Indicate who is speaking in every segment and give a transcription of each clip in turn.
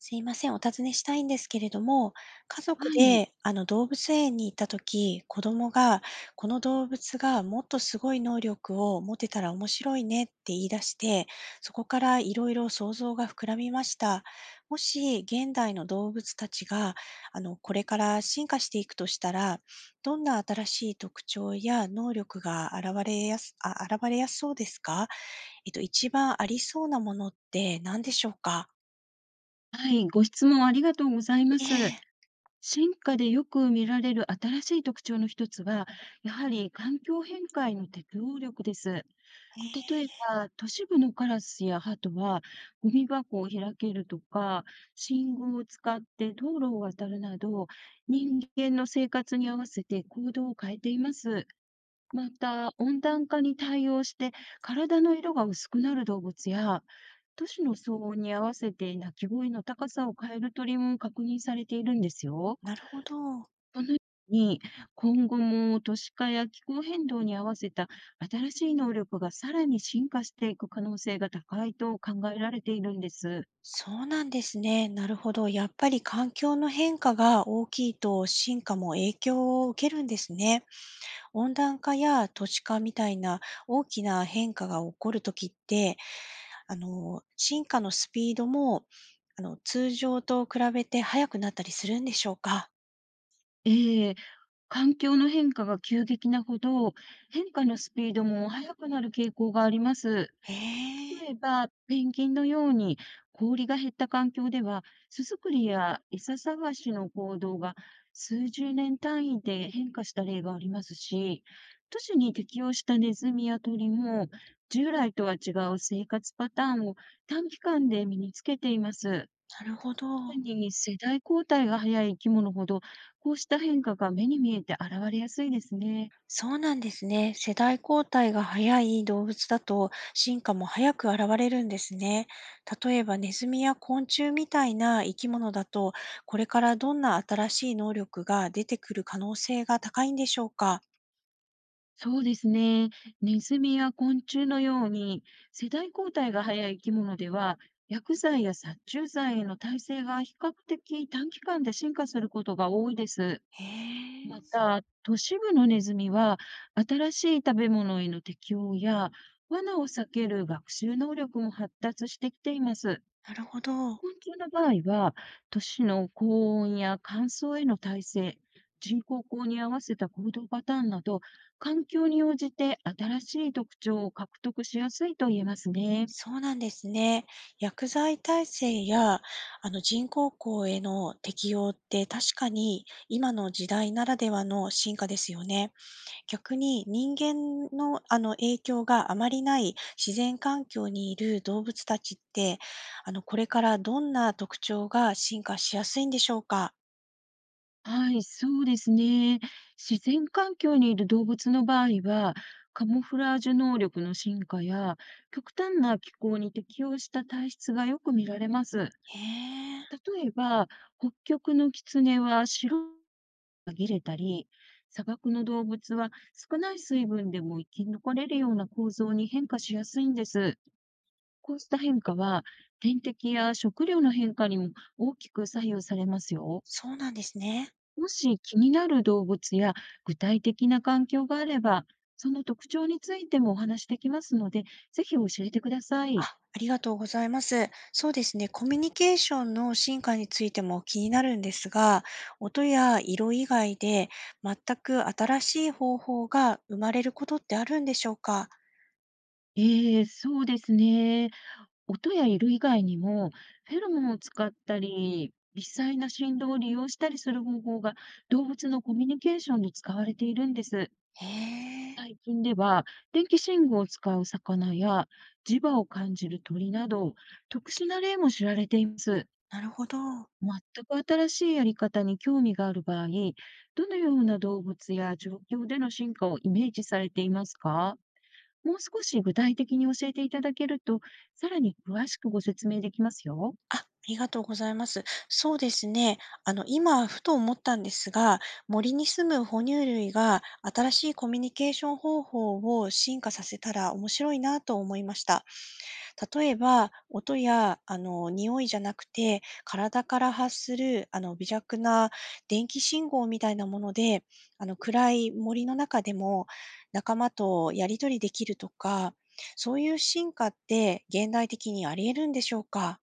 Speaker 1: すいません、お尋ねしたいんですけれども、家族
Speaker 2: はい、
Speaker 1: で動物園に行った時、子供がこの動物がもっとすごい能力を持てたら面白いねって言い出して、そこからいろいろ想像が膨らみました。もし現代の動物たちがこれから進化していくとしたら、どんな新しい特徴や能力が現れやすそうですか？一番ありそうなものって何でしょうか？
Speaker 2: はい、ご質問ありがとうございま
Speaker 1: え
Speaker 2: す。
Speaker 1: え、
Speaker 2: 進化でよく見られる新しい特徴の一つは、やはり環境変化への適応力です。
Speaker 1: ええ、
Speaker 2: 例えば、都市部のカラスやハトは、ゴミ箱を開けるとか、信号を使って道路を渡るなど、人間の生活に合わせて行動を変えています。また、温暖化に対応して、体の色が薄くなる動物や、都市の騒音に合わせて鳴き声の高さを変える鳥も確認されているんですよ。
Speaker 1: なるほど。
Speaker 2: このように、今後も都市化や気候変動に合わせた新しい能力がさらに進化していく可能性が高いと考えられているんです。
Speaker 1: そうなんですね。なるほど。やっぱり環境の変化が大きいと進化も影響を受けるんですね。温暖化や都市化みたいな大きな変化が起こるときって、進化のスピードも、通常と比べて速くなったりするんでしょうか。
Speaker 2: ええ、環境の変化が急激なほど、変化のスピードも速くなる傾向があります。
Speaker 1: へえ、
Speaker 2: 例えば、ペンギンのように氷が減った環境では、巣作りや餌探しの行動が数十年単位で変化した例がありますし、都市に適応したネズミや鳥も、従来とは違う生活パターンを短期間で身につけています。
Speaker 1: なるほど。
Speaker 2: 特に世代交代が早い生き物ほど、こうした変化が目に見えて現れやすいですね。
Speaker 1: そうなんですね。世代交代が早い動物だと進化も早く現れるんですね。例えばネズミや昆虫みたいな生き物だと、これからどんな新しい能力が出てくる可能性が高いんでしょうか？
Speaker 2: そうですね。ネズミや昆虫のように世代交代が早い生き物では、薬剤や殺虫剤への耐性が比較的短期間で進化することが多いです。
Speaker 1: へえ。
Speaker 2: また、都市部のネズミは、新しい食べ物への適応や、罠を避ける学習能力も発達してきています。
Speaker 1: なるほど。
Speaker 2: 昆虫の場合は、都市の高温や乾燥への耐性、人工光に合わせた行動パターンなど、環境に応じて新しい特徴を獲得しやすいと言えますね。
Speaker 1: そうなんですね。薬剤耐性や人工光への適用って確かに今の時代ならではの進化ですよね。逆に人間の、影響があまりない自然環境にいる動物たちって、これからどんな特徴が進化しやすいんでしょうか？
Speaker 2: はい、そうですね。自然環境にいる動物の場合は、カモフラージュ能力の進化や、極端な気候に適応した体質がよく見られます。
Speaker 1: へえ、
Speaker 2: 例えば、北極のキツネは白紛れたり、砂漠の動物は少ない水分でも生き残れるような構造に変化しやすいんです。こうした変化は天敵や食料の変化にも大きく左右されますよ。
Speaker 1: そうなんですね。
Speaker 2: もし気になる動物や具体的な環境があれば、その特徴についてもお話しできますので、ぜひ教えてくださ
Speaker 1: あ、
Speaker 2: い。
Speaker 1: ありがとうございます。そうですね、コミュニケーションの進化についても気になるんですが、音や色以外で全く新しい方法が生まれることってあるんでしょうか？
Speaker 2: ええ、そうですね。音や色以外にも、フェロモンを使ったり、微細な振動を利用したりする方法が動物のコミュニケーションに使われているんです。
Speaker 1: へえ、
Speaker 2: 最近では、電気信号を使う魚や磁場を感じる鳥など、特殊な例も知られています。
Speaker 1: なるほど。
Speaker 2: 全く新しいやり方に興味がある場合、どのような動物や状況での進化をイメージされていますか？もう少し具体的に教えていただけると、さらに詳しくご説明できますよ。
Speaker 1: あ、ありがとうございます。そうですね。今、ふと思ったんですが、森に住む哺乳類が新しいコミュニケーション方法を進化させたら面白いなと思いました。例えば、音や、匂いじゃなくて、体から発する、微弱な電気信号みたいなもので、暗い森の中でも仲間とやりとりできるとか、そういう進化って現代的にあり得るんでしょうか？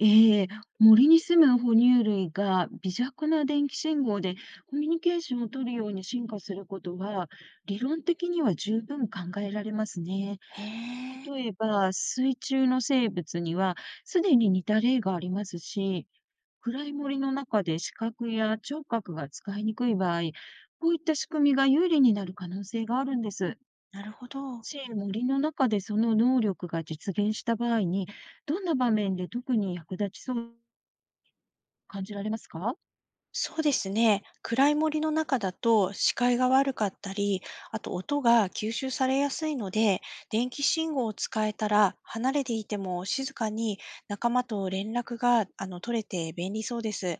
Speaker 2: ええ、森に住む哺乳類が微弱な電気信号でコミュニケーションを取るように進化することは、理論的には十分考えられますね。
Speaker 1: へえ。
Speaker 2: 例えば、水中の生物にはすでに似た例がありますし、暗い森の中で視覚や聴覚が使いにくい場合、こういった仕組みが有利になる可能性があるんです。
Speaker 1: なるほど。
Speaker 2: し、森の中でその能力が実現した場合に、どんな場面で特に役立ちそう感じられますか？
Speaker 1: そうですね。暗い森の中だと視界が悪かったり、あと音が吸収されやすいので、電気信号を使えたら離れていても静かに仲間と連絡が取れて便利そうです。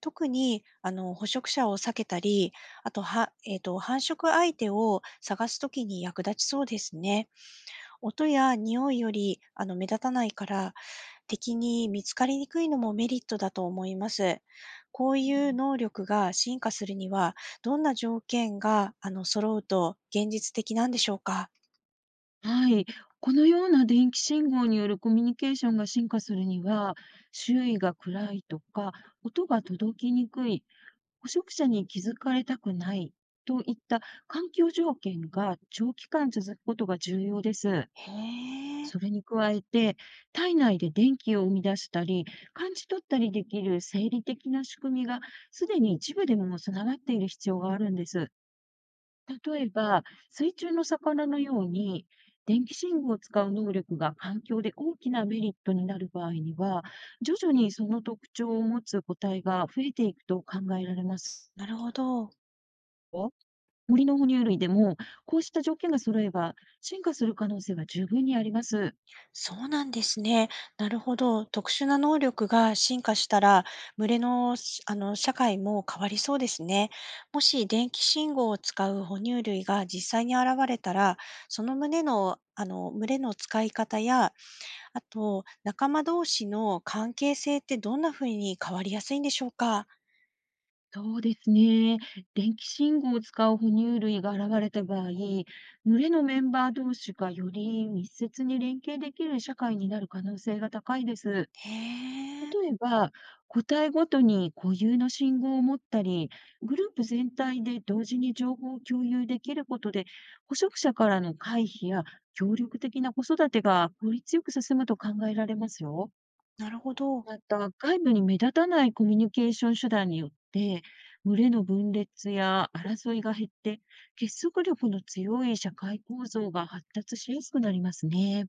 Speaker 1: 特に捕食者を避けたり、あとは、繁殖相手を探すときに役立ちそうですね。音や匂いより目立たないから的に見つかりにくいのもメリットだと思います。こう
Speaker 2: う
Speaker 1: いう
Speaker 2: ん。
Speaker 1: 能力が進化するには、どんな条件が、揃うと現実的なんでしょうか？
Speaker 2: はい。このような電気信号によるコミュニケーションが進化するには、周囲が暗いとか、音が届きにくい、捕食者に気づかれたくないといった環境条件が長期間続くことが重要です。
Speaker 1: へえ、
Speaker 2: それに加えて、体内で電気を生み出したり、感じ取ったりできる生理的な仕組みが、すでに一部でも備わっている必要があるんです。例えば、水中の魚のように、電気信号を使う能力が環境で大きなメリットになる場合には、徐々にその特徴を持つ個体が増えていくと考えられます
Speaker 1: なるほど。
Speaker 2: よ。森の哺乳類でも、こうした条件が揃えば、進化する可能性は十分にあります。
Speaker 1: そうなんですね。なるほど。特殊な能力が進化したら、群れの、社会も変わりそうですね。もし電気信号を使う哺乳類が実際に現れたら、その群れの使い方やあと、仲間同士の関係性ってどんな風に変わりやすいんでしょうか？
Speaker 2: そうですね。電気信号を使う哺乳類が現れた場合、群れのメンバー同士がより密接に連携できる社会になる可能性が高いです。
Speaker 1: へえ、
Speaker 2: 例えば、個体ごとに固有の信号を持ったり、グループ全体で同時に情報を共有できることで、捕食者からの回避や協力的な子育てが効率よく進むと考えられますよ。
Speaker 1: なるほど。
Speaker 2: また、外部に目立たないコミュニケーション手段によって、群れの分裂や争いが減って、結束力の強い社会構造が発達しやすくなりますね。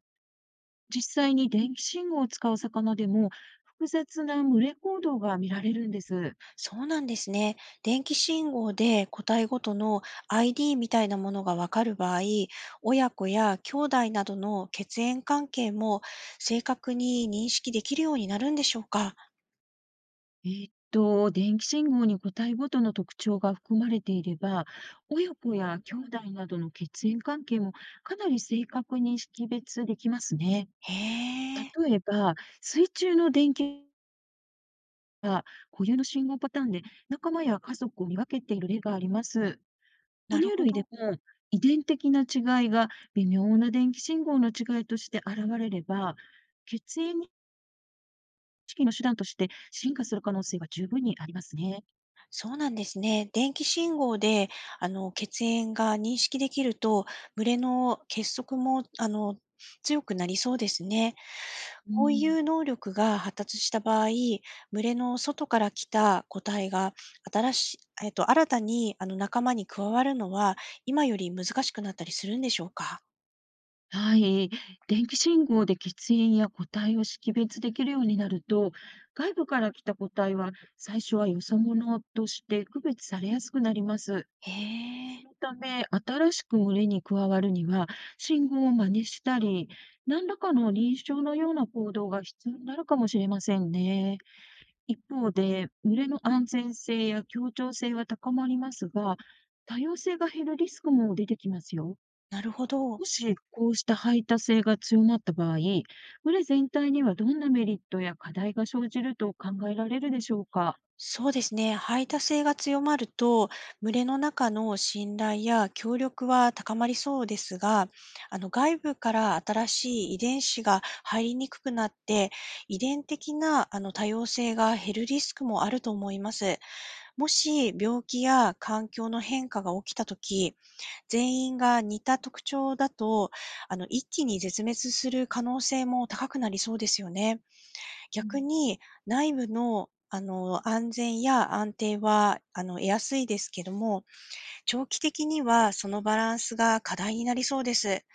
Speaker 2: 実際に電気信号を使う魚でも、複雑な群れ行動が見られるんです。
Speaker 1: そうなんですね。電気信号で個体ごとの ID みたいなものがわかる場合、親子や兄弟などの血縁関係も正確に認識できるようになるんでしょうか？
Speaker 2: 電気信号に個体ごとの特徴が含まれていれば、親子や兄弟などの血縁関係もかなり正確に識別できますね。
Speaker 1: へえ、
Speaker 2: 例えば、水中の電気が固有の信号パターンで仲間や家族を見分けている例があります。哺
Speaker 1: なる
Speaker 2: 乳
Speaker 1: ほ
Speaker 2: 類で
Speaker 1: ど。
Speaker 2: も遺伝的な違いが微妙な電気信号の違いとして現れれば、血縁認識の手段として進化する可能性は十分にありますね。
Speaker 1: そうなんですね。電気信号で、血縁が認識できると、群れの結束も、強くなりそうですね。
Speaker 2: う
Speaker 1: こういう
Speaker 2: ん。
Speaker 1: 能力が発達した場合、群れの外から来た個体が新し、えっと、新たに仲間に加わるのは、今より難しくなったりするんでしょうか？
Speaker 2: はい。電気信号で血縁や個体を識別できるようになると、外部から来た個体は最初はよそ者として区別されやすくなります。
Speaker 1: へ
Speaker 2: そ
Speaker 1: え、
Speaker 2: のため、新しく群れに加わるには、信号を真似したり、何らかの認証のような行動が必要になるかもしれませんね。一方で、群れの安全性や協調性は高まりますが、多様性が減るリスクも出てきますよ。
Speaker 1: なるほど。
Speaker 2: もし、こうした排他性が強まった場合、群れ全体にはどんなメリットや課題が生じると考えられるでしょうか。
Speaker 1: そうですね。排他性が強まると、群れの中の信頼や協力は高まりそうですが、外部から新しい遺伝子が入りにくくなって、遺伝的な多様性が減るリスクもあると思います。もし病気や環境の変化が起きたとき、全員が似た特徴だと、一気に絶滅する可能性も高くなりそうですよね。
Speaker 2: う
Speaker 1: 逆
Speaker 2: ん。
Speaker 1: に内部の、安全や安定は、得やすいですけども、長期的にはそのバランスが課題になりそうです。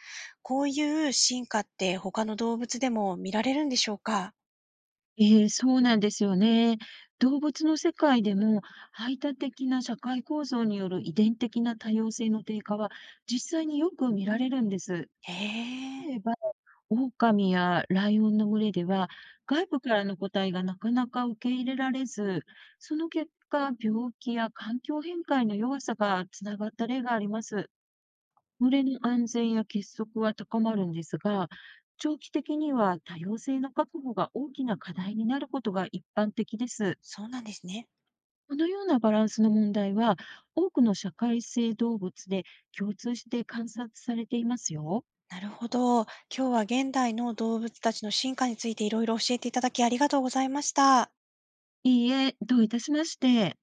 Speaker 1: こういう進化って他の動物でも見られるんでしょうか？
Speaker 2: ええ、そうなんですよね。動物の世界でも、排他的な社会構造による遺伝的な多様性の低下は、実際によく見られるんです。
Speaker 1: へえ、
Speaker 2: 例えば、狼やライオンの群れでは、外部からの個体がなかなか受け入れられず、その結果、病気や環境変化への弱さがつながった例があります。群れの安全や結束は高まるんですが、長期的には多様性の確保が大きな課題になることが一般的です。
Speaker 1: そうなんですね。
Speaker 2: このようなバランスの問題は、多くの社会性動物で共通して観察されていますよ。
Speaker 1: なるほど。今日は現代の動物たちの進化についていろいろ教えていただきありがとうございました。
Speaker 2: いいえ、どういたしまして。